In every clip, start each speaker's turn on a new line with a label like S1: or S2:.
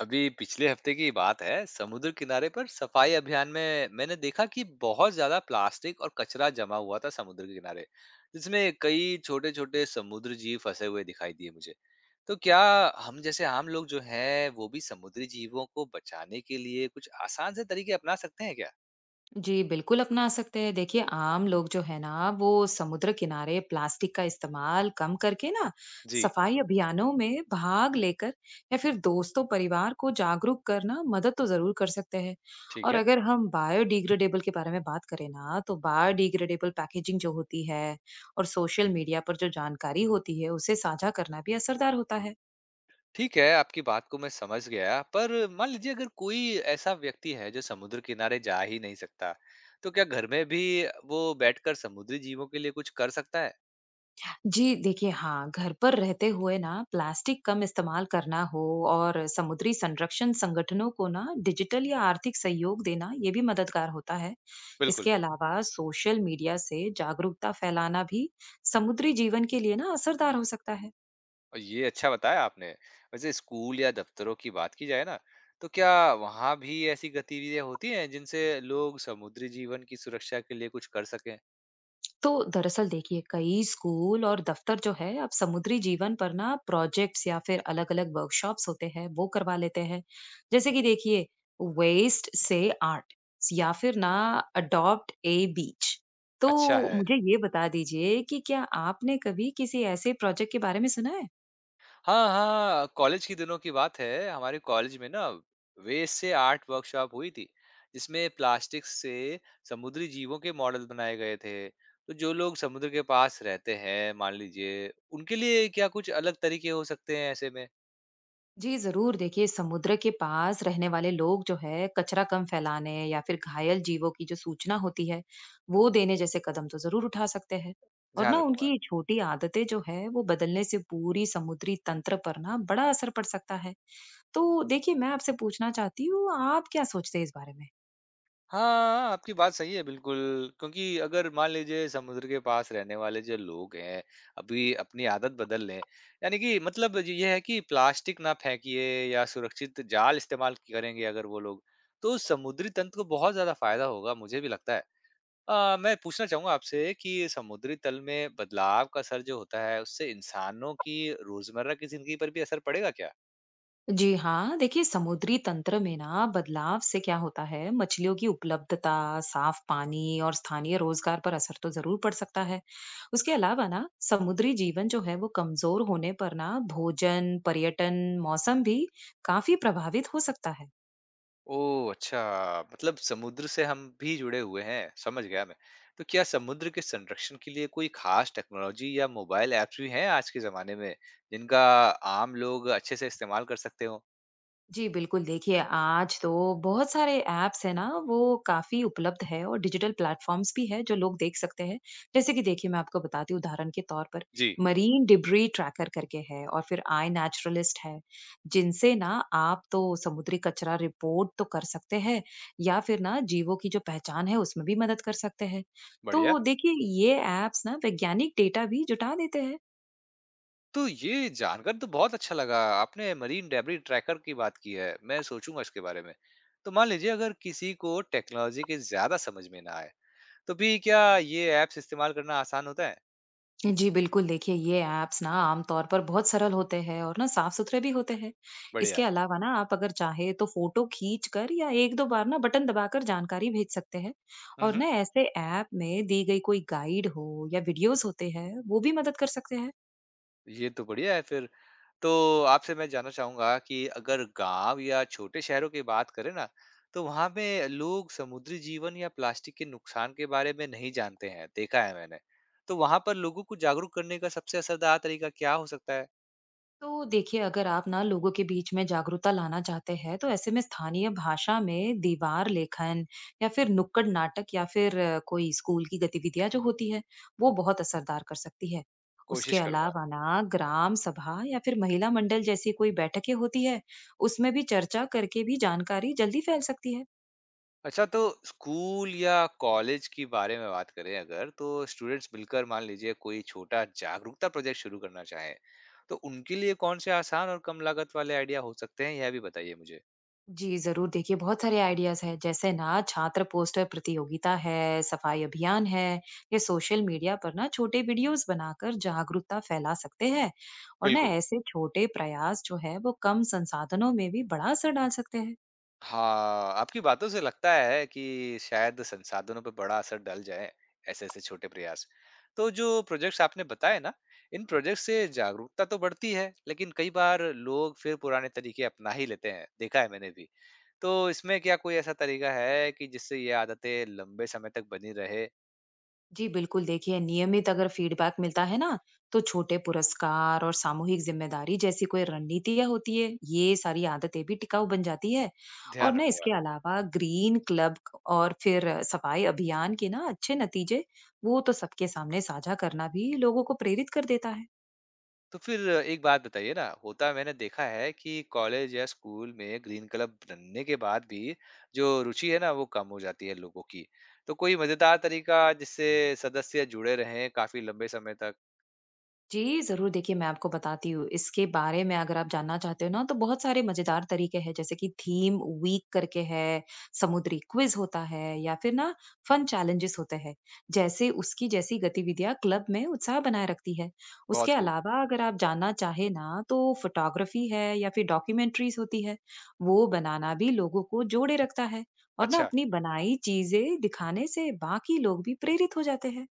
S1: अभी पिछले हफ्ते की बात है, समुद्र किनारे पर सफाई अभियान में मैंने देखा कि बहुत ज्यादा प्लास्टिक और कचरा जमा हुआ था समुद्र के किनारे, जिसमें कई छोटे छोटे समुद्र जीव फंसे हुए दिखाई दिए मुझे। तो क्या हम जैसे आम लोग जो हैं वो भी समुद्री जीवों को बचाने के लिए कुछ आसान से तरीके अपना सकते हैं क्या?
S2: जी, बिल्कुल अपना सकते हैं। देखिए, आम लोग जो है ना, वो समुद्र किनारे प्लास्टिक का इस्तेमाल कम करके ना,
S1: जी।
S2: सफाई अभियानों में भाग लेकर या फिर दोस्तों, परिवार को जागरूक करना मदद तो ज़रूर कर सकते हैं।
S1: ठीक
S2: और
S1: है।
S2: अगर हम बायोडिग्रेडेबल के बारे में बात करें ना, तो बायोडिग्रेडेबल पैकेजिंग जो होती है और सोशल मीडिया पर जो जानकारी होती है, उसे साझा करना भी असरदार होता है।
S1: ठीक है, आपकी बात को मैं समझ गया, पर मान लीजिए अगर कोई ऐसा व्यक्ति है जो समुद्र किनारे जा ही नहीं सकता, तो क्या घर में भी वो बैठकर समुद्री जीवों के लिए कुछ कर सकता है?
S2: जी, देखिए हाँ, घर पर रहते हुए ना प्लास्टिक कम इस्तेमाल करना हो और समुद्री संरक्षण संगठनों को ना डिजिटल या आर्थिक सहयोग देना ये भी मददगार होता है।
S1: बिल्कुल।
S2: इसके अलावा सोशल मीडिया से जागरूकता फैलाना भी समुद्री जीवन के लिए ना असरदार हो सकता है।
S1: और ये अच्छा बताया आपने। वैसे स्कूल या दफ्तरों की बात की जाए ना, तो क्या वहाँ भी ऐसी गतिविधियाँ होती हैं जिनसे लोग समुद्री जीवन की सुरक्षा के लिए कुछ कर सकें?
S2: तो दरअसल देखिए कई स्कूल और दफ्तर जो है अब समुद्री जीवन पर ना प्रोजेक्ट्स या फिर अलग अलग वर्कशॉप्स होते हैं वो करवा लेते हैं। जैसे कि देखिए वेस्ट से आर्ट या फिर ना अडॉप्ट ए बीच। तो
S1: अच्छा है।
S2: मुझे ये बता दीजिए कि क्या आपने कभी किसी ऐसे प्रोजेक्ट के बारे में सुना है।
S1: हाँ, हाँ, कॉलेज के दिनों की बात है। हमारे कॉलेज में ना वेस्ट से आर्ट वर्कशॉप हुई थी, जिसमें प्लास्टिक से समुद्री जीवों के मॉडल बनाए गए थे। तो जो लोग समुद्र के पास रहते हैं, मान लीजिए, उनके लिए क्या कुछ अलग तरीके हो सकते हैं ऐसे में?
S2: जी जरूर देखिए समुद्र के पास रहने वाले लोग जो है कचरा कम फैलाने या फिर घायल जीवों की जो सूचना होती है वो देने जैसे कदम तो जरूर उठा सकते हैं। और
S1: ध्यान
S2: ना उनकी
S1: रखूँगा।
S2: ये छोटी आदतें जो है वो बदलने से पूरी समुद्री तंत्र पर ना बड़ा असर पड़ सकता है। तो देखिए मैं आपसे पूछना चाहती हूँ आप क्या सोचते हैं इस बारे में।
S1: हाँ, आपकी बात सही है बिल्कुल, क्योंकि अगर मान लीजिए समुद्र के पास रहने वाले जो लोग हैं, अभी अपनी आदत बदल लें, यानी कि मतलब ज ये है कि प्लास्टिक ना फेंकिए या सुरक्षित जाल इस्तेमाल करेंगे अगर वो लोग, तो समुद्री तंत्र को बहुत ज़्यादा फ़ायदा होगा, मुझे भी लगता है। मैं पूछना चाहूँगा आपसे कि समुद्री तल में बदलाव का असर जो होता है, उससे इंसानों की रोज़मर्रा की ज़िंदगी पर भी असर पड़ेगा क्या?
S2: जी हाँ, देखिए समुद्री तंत्र में ना बदलाव से क्या होता है, मछलियों की उपलब्धता, साफ पानी और स्थानीय रोजगार पर असर तो जरूर पड़ सकता है। उसके अलावा ना समुद्री जीवन जो है वो कमजोर होने पर ना भोजन, पर्यटन, मौसम भी काफी प्रभावित हो सकता है।
S1: ओह! अच्छा, मतलब समुद्र से हम भी जुड़े हुए हैं, समझ गया मैं। तो क्या समुद्र के संरक्षण के लिए कोई खास टेक्नोलॉजी या मोबाइल ऐप्स भी हैं आज के ज़माने में, जिनका आम लोग अच्छे से इस्तेमाल कर सकते हों?
S2: जी, बिल्कुल देखिए आज तो बहुत सारे ऐप्स हैं ना वो काफ़ी उपलब्ध है और डिजिटल प्लेटफ़ॉर्म्स भी है जो लोग देख सकते हैं। जैसे कि देखिए मैं आपको बताती हूँ उदाहरण के तौर पर
S1: जी।
S2: मरीन डिब्री ट्रैकर करके है और फिर आई नेचुरलिस्ट है। जिनसे ना आप तो समुद्री कचरा रिपोर्ट तो कर सकते हैं या फिर ना जीवों की जो पहचान है उसमें भी मदद कर सकते हैं।
S1: बढ़िया।
S2: तो देखिए ये ऐप्स ना वैज्ञानिक डेटा भी जुटा देते हैं।
S1: तो ये जानकर तो बहुत अच्छा लगा, आपने मरीन डेब्री ट्रैकर की बात की है, मैं सोचूँगा इसके बारे में। तो मान लीजिए अगर किसी को टेक्नोलॉजी के ज़्यादा समझ में ना आए, तो भी क्या ये ऐप्स इस्तेमाल करना आसान होता है?
S2: जी बिल्कुल देखिए ये ऐप्स ना आमतौर पर बहुत सरल होते हैं और ना साफ सुथरे भी होते हैं।
S1: बढ़िया।
S2: इसके अलावा ना आप अगर चाहे तो फोटो खींच कर या एक दो बार ना बटन दबाकर जानकारी भेज सकते हैं।
S1: हुँ,
S2: और
S1: हुँ।
S2: ना ऐसे ऐप में दी गई कोई गाइड हो या वीडियोस होते हैं वो भी मदद कर सकते हैं।
S1: ये तो बढ़िया है फिर। तो आपसे मैं जानना चाहूँगा कि अगर गाँव या छोटे शहरों की बात करें ना, तो वहाँ पे लोग समुद्री जीवन या प्लास्टिक के नुकसान के बारे में नहीं जानते हैं, देखा है मैंने। तो वहाँ पर लोगों को जागरूक करने का सबसे असरदार तरीका क्या हो सकता है?
S2: तो देखिए अगर आप ना लोगों के बीच में जागरूकता लाना चाहते हैं तो ऐसे में स्थानीय भाषा में दीवार लेखन या फिर नुक्कड़ नाटक या फिर कोई स्कूल की गतिविधियां जो होती है वो बहुत असरदार कर सकती है। उसके
S1: कोशिश करूँगा।
S2: अलावा ना ग्राम सभा या फिर महिला मंडल जैसी कोई बैठकें होती है उसमें भी चर्चा करके भी जानकारी जल्दी फैल सकती है।
S1: अच्छा। तो स्कूल या कॉलेज के बारे में बात करें अगर, तो स्टूडेंट्स मिलकर मान लीजिए कोई छोटा जागरूकता प्रोजेक्ट शुरू करना चाहें, तो उनके लिए कौन से आसान और कम लागत वाले आइडिया हो सकते हैं, यह भी बताइए मुझे?
S2: जी, ज़रूर देखिए बहुत सारे आइडियाज़ हैं, जैसे ना छात्र पोस्टर प्रतियोगिता है, सफाई अभियान है, या सोशल मीडिया पर ना छोटे वीडियोस बनाकर जागरूकता फैला सकते हैं। और ना
S1: बिल्कुल।
S2: ऐसे छोटे प्रयास जो है वो कम संसाधनों में भी बड़ा असर डाल सकते हैं।
S1: हाँ, आपकी बातों से लगता है कि शायद संसाधनों पर बड़ा असर डल जाए ऐसे-ऐसे छोटे प्रयास। तो जो प्रोजेक्ट्स आपने बताए ना, इन प्रोजेक्ट से जागरूकता तो बढ़ती है, लेकिन कई बार लोग फिर पुराने तरीके अपना ही लेते हैं, देखा है मैंने भी। तो इसमें क्या कोई ऐसा तरीका है कि जिससे ये आदतें लंबे समय तक बनी रहे?
S2: जी बिल्कुल देखिए नियमित अगर फीडबैक मिलता है ना तो छोटे पुरस्कार और सामूहिक जिम्मेदारी जैसी कोई रणनीतियां होती है ये सारी आदतें भी टिकाऊ बन जाती है। और
S1: ध्यान
S2: ना
S1: रखूँगा।
S2: इसके अलावा ग्रीन क्लब और फिर सफाई अभियान के ना अच्छे नतीजे वो तो सबके सामने साझा करना भी लोगों को प्रेरित कर देता है।
S1: तो फिर एक बात बताइए ना, होता मैंने देखा है कि कॉलेज या स्कूल में ग्रीन क्लब बनने के बाद भी जो रुचि है ना, वो कम हो जाती है लोगों की। तो कोई मज़ेदार तरीका जिससे सदस्य जुड़े रहें काफ़ी लंबे समय तक?
S2: जी, ज़रूर देखिए मैं आपको बताती हूँ। इसके बारे में अगर आप जानना चाहते हो ना तो बहुत सारे मज़ेदार तरीके हैं जैसे कि थीम वीक करके है, समुद्री क्विज़ होता है या फिर ना फन चैलेंजेस होते हैं। जैसे उसकी जैसी गतिविधियाँ क्लब में उत्साह बनाए रखती है। उसके
S1: बहुत खूब।
S2: अलावा अगर आप जानना चाहे ना तो फ़ोटोग्राफ़ी है या फिर डॉक्यूमेंट्रीज़ होती है। वो बनाना भी लोगों को जोड़े रखता है और ना
S1: अच्छा।
S2: अपनी बनाई चीज़ें दिखाने से बाकी लोग भी प्रेरित हो जाते हैं।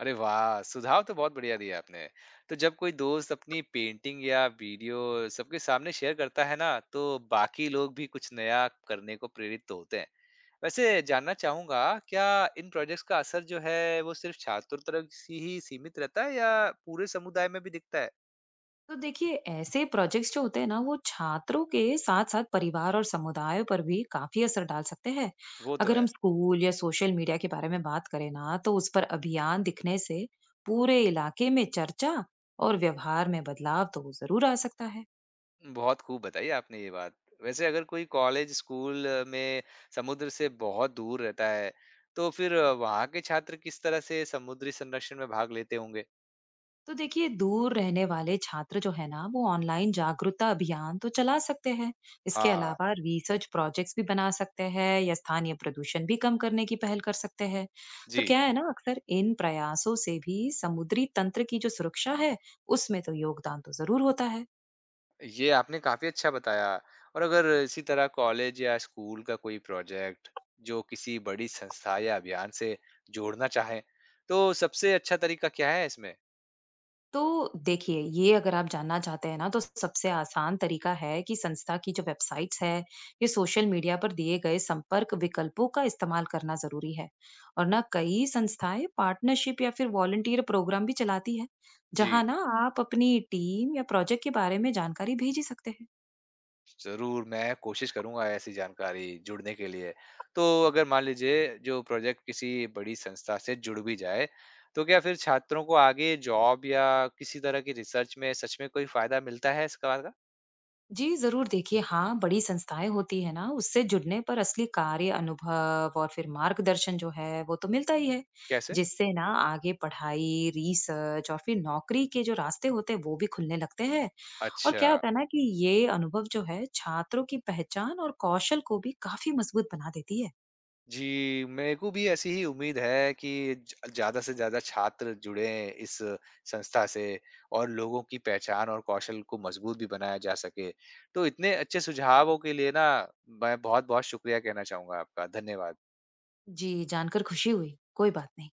S1: अरे वाह! सुझाव तो बहुत बढ़िया दिए आपने। तो जब कोई दोस्त अपनी पेंटिंग या वीडियो सबके सामने शेयर करता है ना, तो बाकी लोग भी कुछ नया करने को प्रेरित तो होते हैं। वैसे जानना चाहूँगा, क्या इन प्रोजेक्ट्स का असर जो है, वो सिर्फ़ छात्र तक सी ही सीमित रहता है या पूरे समुदाय में भी दिखता है?
S2: तो देखिए ऐसे प्रोजेक्ट्स जो होते हैं ना वो छात्रों के साथ साथ परिवार और समुदाय पर भी काफी असर डाल सकते हैं।
S1: वो तो
S2: अगर हम
S1: है।
S2: स्कूल या सोशल मीडिया के बारे में बात करें ना तो उस पर अभियान दिखने से पूरे इलाके में चर्चा और व्यवहार में बदलाव तो जरूर आ सकता है।
S1: बहुत खूब बताई आपने ये बात। वैसे अगर कोई कॉलेज, स्कूल में समुद्र से बहुत दूर रहता है, तो फिर वहाँ के छात्र किस तरह से समुद्री संरक्षण में भाग लेते होंगे?
S2: तो देखिए दूर रहने वाले छात्र जो है ना वो ऑनलाइन जागरूकता अभियान तो चला सकते हैं। इसके
S1: हाँ,
S2: अलावा रिसर्च प्रोजेक्ट्स भी बना सकते हैं या स्थानीय प्रदूषण भी कम करने की पहल कर सकते हैं। तो
S1: जी।
S2: क्या है ना अक्सर इन प्रयासों से भी समुद्री तंत्र की जो सुरक्षा है उसमें तो योगदान तो जरूर होता है।
S1: ये आपने काफ़ी अच्छा बताया। और अगर इसी तरह कॉलेज या स्कूल का कोई प्रोजेक्ट जो किसी बड़ी संस्था या अभियान से जोड़ना चाहे, तो सबसे अच्छा तरीका क्या है इसमें?
S2: तो देखिए, ये अगर आप जानना चाहते हैं ना, तो सबसे आसान तरीका है कि संस्था की जो वेबसाइट्स है, ये सोशल मीडिया पर दिए गए संपर्क विकल्पों का इस्तेमाल करना ज़रूरी है। और ना कई संस्थाएँ पार्टनरशिप या फिर वॉलंटियर प्रोग्राम भी चलाती है,
S1: जी,
S2: जहाँ ना आप अपनी टीम या प्रोजेक्ट के बारे में जानकारी भेज ही सकते हैं।
S1: ज़रूर मैं कोशिश करूंगा ऐसी जानकारी जुड़ने के लिए। तो अगर मान लीजिए जो प्रोजेक्ट किसी बड़ी संस्था से जुड़ भी जाए, तो क्या फिर छात्रों को आगे जॉब या किसी तरह की रिसर्च में सच में कोई फायदा मिलता है इसका?
S2: जी, ज़रूर देखिए हाँ, बड़ी संस्थाएँ होती है ना, उससे जुड़ने पर असली कार्य अनुभव और फिर मार्गदर्शन जो है, वो तो मिलता ही है।
S1: कैसे?
S2: जिससे ना आगे पढ़ाई, रिसर्च और फिर नौकरी के जो रास्ते होते हैं, वो भी खुलने लगते हैं। और
S1: अच्छा।
S2: क्या होता है ना कि ये अनुभव जो है, छात्रों की पहचान और कौशल को भी काफ़ी मज़बूत बना देती है।
S1: जी, मेरे को भी ऐसी ही उम्मीद है कि ज ज़्यादा से ज़्यादा छात्र जुड़ें इस संस्था से और लोगों की पहचान और कौशल को मजबूत भी बनाया जा सके। तो इतने अच्छे सुझावों के लिए ना मैं बहुत-बहुत शुक्रिया कहना चाहूँगा आपका। धन्यवाद।
S2: जी, जानकर खुशी हुई। कोई बात नहीं।